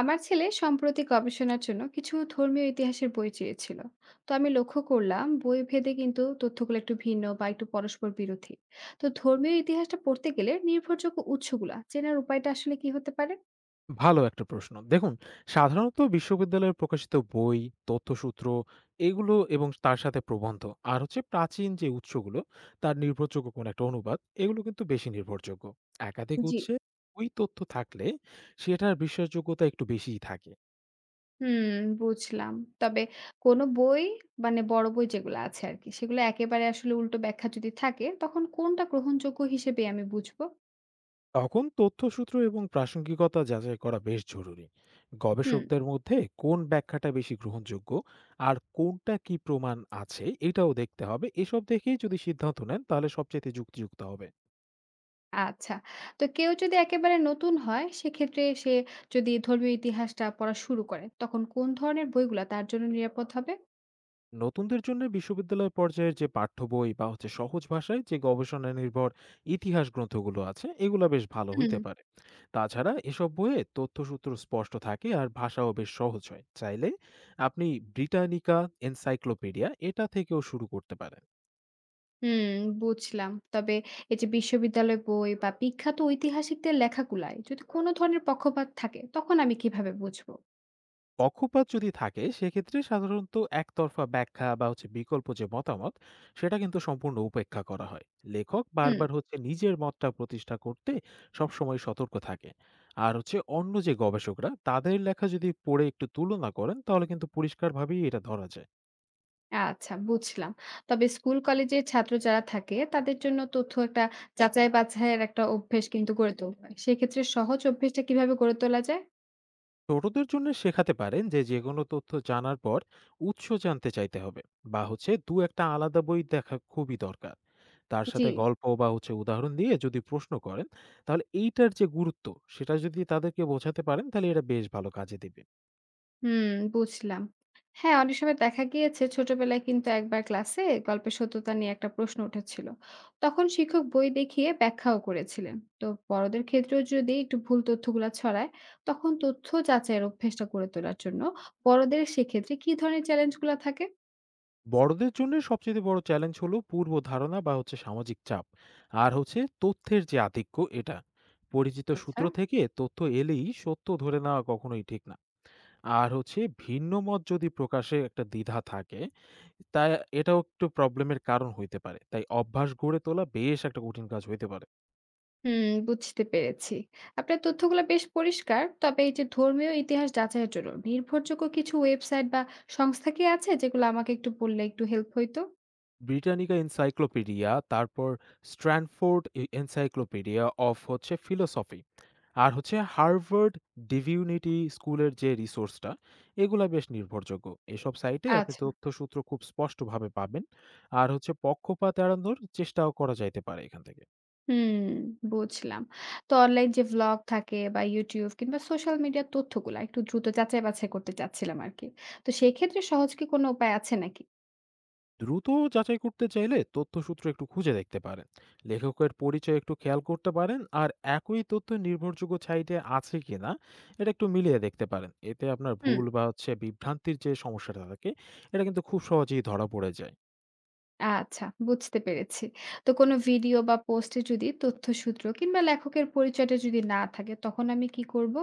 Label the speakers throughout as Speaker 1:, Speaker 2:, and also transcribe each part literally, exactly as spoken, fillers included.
Speaker 1: আমার ছেলে সম্প্রতি গবেষণার জন্য কিছু ধর্মীয় ইতিহাসের বই চেয়েছিল। তো আমি লক্ষ্য করলাম বই ভেদে কিন্তু তথ্যগুলো একটু ভিন্ন বা একটু পরস্পর বিরোধী। তো ধর্মীয় ইতিহাসটা পড়তে গেলে নির্ভরযোগ্য উৎসগুলা চেনার উপায়টা আসলে কি হতে পারে?
Speaker 2: ভালো একটা প্রশ্ন। দেখুন, সাধারণত বিশ্ববিদ্যালয়ে প্রকাশিত বই, তথ্যসূত্র এগুলো এবং তার সাথে প্রবন্ধ আর হচ্ছে প্রাচীন যে উৎসগুলো তার নির্ভরযোগ্য কোনো একটা অনুবাদ এগুলো কিন্তু বেশি নির্ভরযোগ্য। একাধিক
Speaker 1: জি।
Speaker 2: উৎসে ওই তথ্য থাকলে সেটার বিশ্বাসযোগ্যতা একটু বেশিই থাকে।
Speaker 1: হুম, বুঝলাম। তবে কোনো বই, মানে বড় বই যেগুলো আছে আর কি, সেগুলো একেবারে আসলে উল্টো ব্যাখ্যা যদি থাকে, তখন কোনটা গ্রহণযোগ্য হিসেবে আমি বুঝবো?
Speaker 2: তখন তথ্যসূত্র এবং প্রাসঙ্গিকতা যাচাই করা বেশ জরুরি।
Speaker 1: হুম।
Speaker 2: গবেষকদের মধ্যে কোন ব্যাখ্যাটা বেশি গ্রহণযোগ্য আর কোনটা কি প্রমাণ আছে এটাও দেখতে হবে। এসব দেখেই যদি সিদ্ধান্ত নেন তাহলে সবচাইতে যুক্তিযুক্ত হবে।
Speaker 1: আচ্ছা। তো কেউ যদি একেবারে নতুন হয়, সেক্ষেত্রে সে যদি ধর্মীয় ইতিহাসটা পড়া শুরু করে, তখন কোন ধরনের বইগুলা তার জন্য নিরাপদ হবে?
Speaker 2: নতুনদের জন্য বিশ্ববিদ্যালয় পর্যায়ের যে পাঠ্য বই বা হচ্ছে সহজ ভাষায় যে গবেষণা নির্ভর ইতিহাস গ্রন্থগুলো আছে এগুলো বেশ ভালো
Speaker 1: হুম,
Speaker 2: হইতে পারে। তাছাড়া এসব বইয়ে তথ্যসূত্র স্পষ্ট থাকে আর ভাষাও বেশ সহজ হয়। চাইলে আপনি ব্রিটানিকা এনসাইক্লোপিডিয়া এটা থেকেও শুরু করতে পারেন।
Speaker 1: হুম, বুঝলাম। তবে এই যে বিশ্ববিদ্যালয় বই বা বিখ্যাত ঐতিহাসিকদের লেখাগুলায় যদি কোনো ধরনের পক্ষপাত থাকে, তখন আমি কিভাবে বুঝবো?
Speaker 2: পক্ষপাত যদি থাকে সেক্ষেত্রে সাধারণত একতরফা ব্যাখ্যা বা হচ্ছে বিকল্প যে মতামত সেটা কিন্তু সম্পূর্ণ উপেক্ষা করা হয়। লেখক
Speaker 1: হুম।
Speaker 2: বারবার হচ্ছে নিজের মতটা প্রতিষ্ঠা করতে সবসময় সতর্ক থাকে। আর হচ্ছে অন্য যে গবেষকরা তাদের লেখা যদি পড়ে একটু তুলনা করেন তাহলে কিন্তু পরিষ্কারভাবেই এটা ধরা যায়।
Speaker 1: আচ্ছা, বুঝলাম। তবে স্কুল কলেজের ছাত্র যারা থাকে, তাদের জন্য তথ্য একটা যাচাই বাছাইয়ের একটা অভ্যেস কিন্তু গড়ে তুলতে হয়। সেক্ষেত্রে সহজ অভ্যেসটা কিভাবে গড়ে তোলা যায়?
Speaker 2: ছোটদের জন্য শেখাতে পারেন যে যে কোনো তথ্য জানার পর উৎস জানতে চাইতে হবে, বা হচ্ছে দু একটা আলাদা বই দেখা খুবই দরকার। তার
Speaker 1: জি।
Speaker 2: সাথে গল্প বা হচ্ছে উদাহরণ দিয়ে যদি প্রশ্ন করেন তাহলে এইটার যে গুরুত্ব সেটা যদি তাদেরকে বোঝাতে পারেন তাহলে এটা বেশ ভালো কাজে দেবে।
Speaker 1: হুম, বুঝলাম। হ্যাঁ, অনেক সময় দেখা গিয়েছে ছোটবেলায় কিন্তু একবার ক্লাসে গল্পের সত্যতা নিয়ে একটা প্রশ্ন উঠেছিল। তখন শিক্ষক বই দেখিয়ে ব্যাখ্যাও করেছিলেন। তো বড়দের ক্ষেত্রেও যদি একটু ভুল তথ্যগুলা ছড়ায়, তখন তথ্য যাচাইয়ের অভ্যেসটা গড়ে তোলার জন্য বড়দের সেক্ষেত্রে কি ধরনের চ্যালেঞ্জগুলা থাকে?
Speaker 2: বড়দের জন্য সবচেয়ে বড় চ্যালেঞ্জ হলো পূর্ব ধারণা বা হচ্ছে সামাজিক চাপ আর হচ্ছে তথ্যের যে আধিক্য এটা। পরিচিত
Speaker 1: আচ্ছা।
Speaker 2: সূত্র থেকে তথ্য এলেই সত্য ধরে নেওয়া কখনোই ঠিক না। আর হচ্ছে ভিন্ন মত যদি প্রকাশে একটা দ্বিধা থাকে, তা এটাও একটু প্রবলেমের কারণ হইতে পারে। তাই অভ্যাস গড়ে তোলা বেশ একটা কঠিন কাজ হইতে পারে।
Speaker 1: হুম, বুঝতে পেরেছি। আপনার তথ্যগুলো বেশ পরিষ্কার। তবে এই যে ধর্মীয় ইতিহাস যাচাইয়ের জন্য নির্ভরযোগ্য কিছু ওয়েবসাইট বা সংস্থা কি আছে, যেগুলো আমাকে একটু বললে একটু হেল্প হইতো?
Speaker 2: ব্রিটানিকা এনসাইক্লোপিডিয়া, তারপর স্ট্র্যানফোর্ড এ এনসাইক্লোপিডিয়া অফ হচ্ছে ফিলোসফি। আর হচ্ছে হার্ভার্ড ডিভিউনিটি স্কুলের যে রিসোর্সটা, এগুলা বেশ নির্ভরযোগ্য। এসব সাইটে আপনি
Speaker 1: আচ্ছা।
Speaker 2: তথ্যসূত্র খুব স্পষ্টভাবে পাবেন। আর হচ্ছে পক্ষপাত এড়ানোর চেষ্টাও করা যাইতে পারে এখান থেকে।
Speaker 1: হুম, বুঝলাম। তো অনলাইন যে ভ্লগ থাকে বা ইউটিউব কিংবা সোশ্যাল মিডিয়ার তথ্যগুলা একটু দ্রুত যাচাই-বাছাই করতে চাচ্ছিলাম আরকি। তো সেক্ষেত্রে সহজ কি কোনো উপায় আছে নাকি?
Speaker 2: দ্রুত যাচাই করতে চাইলে তথ্যসূত্র একটু খুঁজে দেখতে পারেন, লেখকের পরিচয় একটু খেয়াল করতে পারেন আর একই তথ্য নির্ভরযোগ্য সাইটে আছে কিনা এটা একটু মিলিয়ে দেখতে পারেন। এতে আপনার
Speaker 1: হুম।
Speaker 2: ভুল বা হচ্ছে বিভ্রান্তির যে সমস্যাটা থাকে এটা কিন্তু খুব সহজেই ধরা পড়ে যায়।
Speaker 1: আচ্ছা, বুঝতে পেরেছি। তো কোনো ভিডিও বা পোস্টে যদি তথ্যসূত্র কিংবা লেখকের পরিচয়টা যদি না থাকে, তখন আমি কি করব?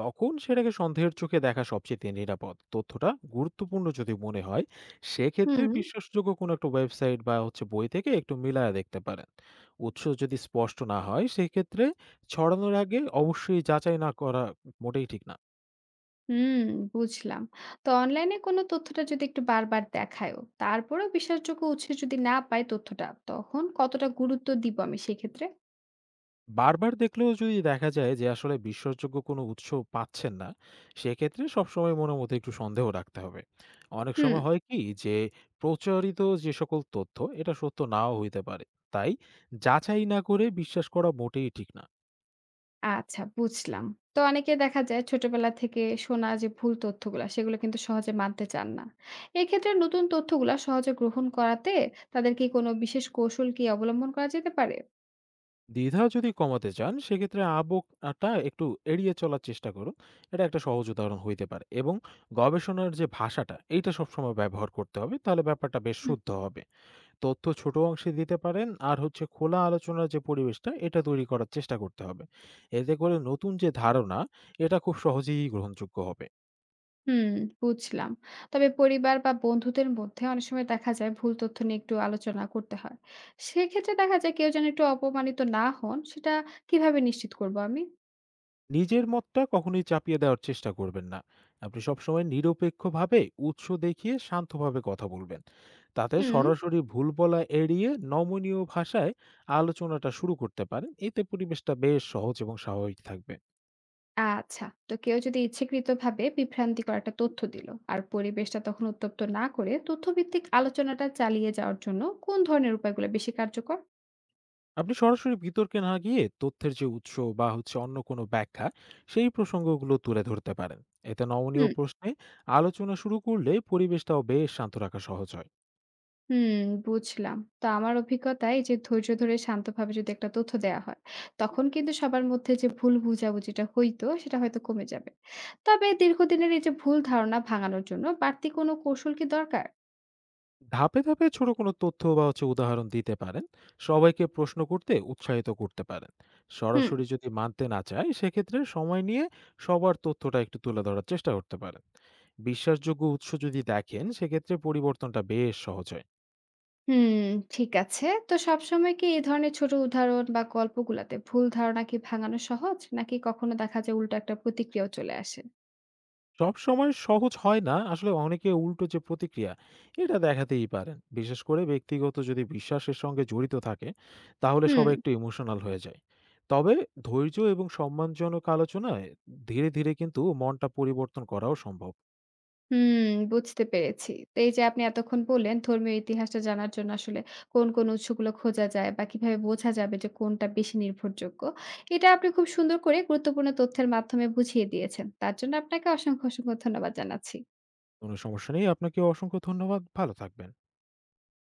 Speaker 2: তখন সেটাকে সন্দেহের চোখে দেখা সবচেয়ে নিরাপদ। তথ্যটা গুরুত্বপূর্ণ যদি মনে হয়, সেক্ষেত্রে
Speaker 1: হুম।
Speaker 2: বিশ্বাসযোগ্য কোনো একটা ওয়েবসাইট বা হচ্ছে বই থেকে একটু মিলায়া দেখতে পারেন। উৎস যদি স্পষ্ট না হয়, সেক্ষেত্রে ছড়ানোর আগে অবশ্যই যাচাই না করা মোটেই ঠিক না।
Speaker 1: হুম, বুঝলাম। তো অনলাইনে কোনো তথ্যটা যদি একটু বারবার দেখায়ও, তারপরেও বিশ্বাসযোগ্য উৎসে যদি না পাই তথ্যটা, তখন কতটা গুরুত্ব দিব আমি সেক্ষেত্রে?
Speaker 2: বারবার দেখলেও যদি দেখা যায় যে আসলে বিশ্বাসযোগ্য কোনো উৎস পাচ্ছেন না সেক্ষেত্রে সবসময় মনের মধ্যে একটু সন্দেহ রাখতে হবে। অনেক
Speaker 1: হুম।
Speaker 2: সময় হয় কি যে প্রচারিত যে সকল তথ্য এটা সত্য নাও হইতে পারে। তাই যাচাই না করে বিশ্বাস করা মোটেই ঠিক না।
Speaker 1: আচ্ছা, বুঝলাম। তো অনেকে দেখা যায় ছোটবেলা থেকে শোনা যে ভুল তথ্যগুলা সেগুলো কিন্তু সহজে মানতে চান না। এক্ষেত্রে নতুন তথ্যগুলা সহজে গ্রহণ করাতে তাদের কি কোনো বিশেষ কৌশল কি অবলম্বন করা যেতে পারে?
Speaker 2: দ্বিধা যদি কমাতে চান সেক্ষেত্রে আবেগটা একটু এড়িয়ে চলার চেষ্টা করুন। এটা একটা সহজ উদাহরণ হইতে পারে এবং গবেষণার যে ভাষাটা এইটা সবসময় ব্যবহার করতে হবে তাহলে ব্যাপারটা বেশ
Speaker 1: হুম।
Speaker 2: শুদ্ধ হবে। তথ্য ছোট অংশে দিতে পারেন আর হচ্ছে খোলা আলোচনার যে পরিবেশটা এটা তৈরি করার চেষ্টা করতে হবে। এতে করে নতুন যে ধারণা এটা খুব সহজেই গ্রহণযোগ্য হবে।
Speaker 1: হুম, বুঝলাম। তবে পরিবার বা বন্ধুদের মধ্যে অনেক সময় দেখা যায় ভুল তথ্য নিয়ে একটু আলোচনা করতে হয়। সেক্ষেত্রে দেখা যায় কেউ যেন একটু অপমানিত না হন, সেটা কিভাবে নিশ্চিত করব আমি?
Speaker 2: নিজের মতটা কখনোই চাপিয়ে দেওয়ার চেষ্টা করবেন না। আপনি সবসময় নিরপেক্ষভাবে উৎস দেখিয়ে শান্তভাবে কথা বলবেন। তাতে
Speaker 1: হুম।
Speaker 2: সরাসরি ভুল বলা এড়িয়ে নমনীয় ভাষায় আলোচনাটা শুরু করতে পারেন, এতে পরিবেশটা বেশ সহজ এবং স্বাভাবিক থাকবে।
Speaker 1: আচ্ছা। তো কেউ যদি ইচ্ছাকৃতভাবে বিভ্রান্তিকর একটা তথ্য দিল, আর পরিবেশটা তখন উত্তপ্ত না করে তথ্যভিত্তিক আলোচনাটা চালিয়ে যাওয়ার জন্য কোন ধরনের উপায়গুলো বেশি কার্যকর?
Speaker 2: আপনি সরাসরি বিতর্কে না গিয়ে তথ্যের যে উৎস বা হচ্ছে অন্য কোনো ব্যাখ্যা সেই প্রসঙ্গগুলো তুলে ধরতে পারেন। এতে নমনীয়
Speaker 1: হুম।
Speaker 2: প্রশ্নে আলোচনা শুরু করলে পরিবেশটাও বেশ শান্ত রাখা সহজ হয়।
Speaker 1: হুম, বুঝলাম। তো আমার অভিজ্ঞতায় এই যে ধৈর্য ধরে শান্তভাবে যদি একটা তথ্য দেওয়া হয়, তখন কিন্তু সবার মধ্যে যে ভুল বোঝাবুঝিটা হইতো সেটা হয়তো কমে যাবে। তবে দীর্ঘদিনের এই যে ভুল ধারণা ভাঙানোর জন্য বাড়তি কোনো কৌশল কি দরকার?
Speaker 2: ধাপে ধাপে ছোট কোনো তথ্য বা হচ্ছে উদাহরণ দিতে পারেন, সবাইকে প্রশ্ন করতে উৎসাহিত করতে পারেন।
Speaker 1: হুম।
Speaker 2: সরাসরি যদি মানতে না চায় সেক্ষেত্রে সময় নিয়ে সবার তথ্যটা একটু তুলে ধরার চেষ্টা করতে পারেন। বিশ্বাসযোগ্য উৎস যদি দেখেন সেক্ষেত্রে পরিবর্তনটা বেশ সহজ হয়।
Speaker 1: হুম, ঠিক আছে। তো সবসময় কি এই ধরনের ছোট উদাহরণ বা গল্পগুলাতে ভুল ধারণা কি ভাঙানো সহজ? নাকি কখনো দেখা যায় উল্টো একটা প্রতিক্রিয়াও চলে আসে?
Speaker 2: সবসময় সহজ হয় না। আসলে অনেকে উল্টো যে প্রতিক্রিয়া, এটা দেখাতেই পারেন। বিশেষ করে ব্যক্তিগত যদি বিশ্বাসের সঙ্গে জড়িত থাকে, তাহলে
Speaker 1: হুম,
Speaker 2: সবাই একটু ইমোশনাল হয়ে যায়। তবে ধৈর্য এবং সম্মানজনক আলোচনায় ধীরে, ধীরে কিন্তু মনটা পরিবর্তন করাও সম্ভব।
Speaker 1: হুম, বুঝতে পেরেছি। তো এই যে আপনি এতক্ষণ বললেন ধর্মীয় ইতিহাসটা জানার জন্য আসলে কোন, কোন উৎসগুলো খোঁজা যায় বা কিভাবে বোঝা যাবে যে কোনটা বেশি নির্ভরযোগ্য। এটা আপনি খুব সুন্দর করে গুরুত্বপূর্ণ তথ্যের মাধ্যমে বুঝিয়ে দিয়েছেন। তার জন্য আপনাকে অসংখ্য, অসংখ্য ধন্যবাদ জানাচ্ছি।
Speaker 2: কোনো সমস্যা নেই। আপনাকে অসংখ্য ধন্যবাদ। ভালো থাকবেন।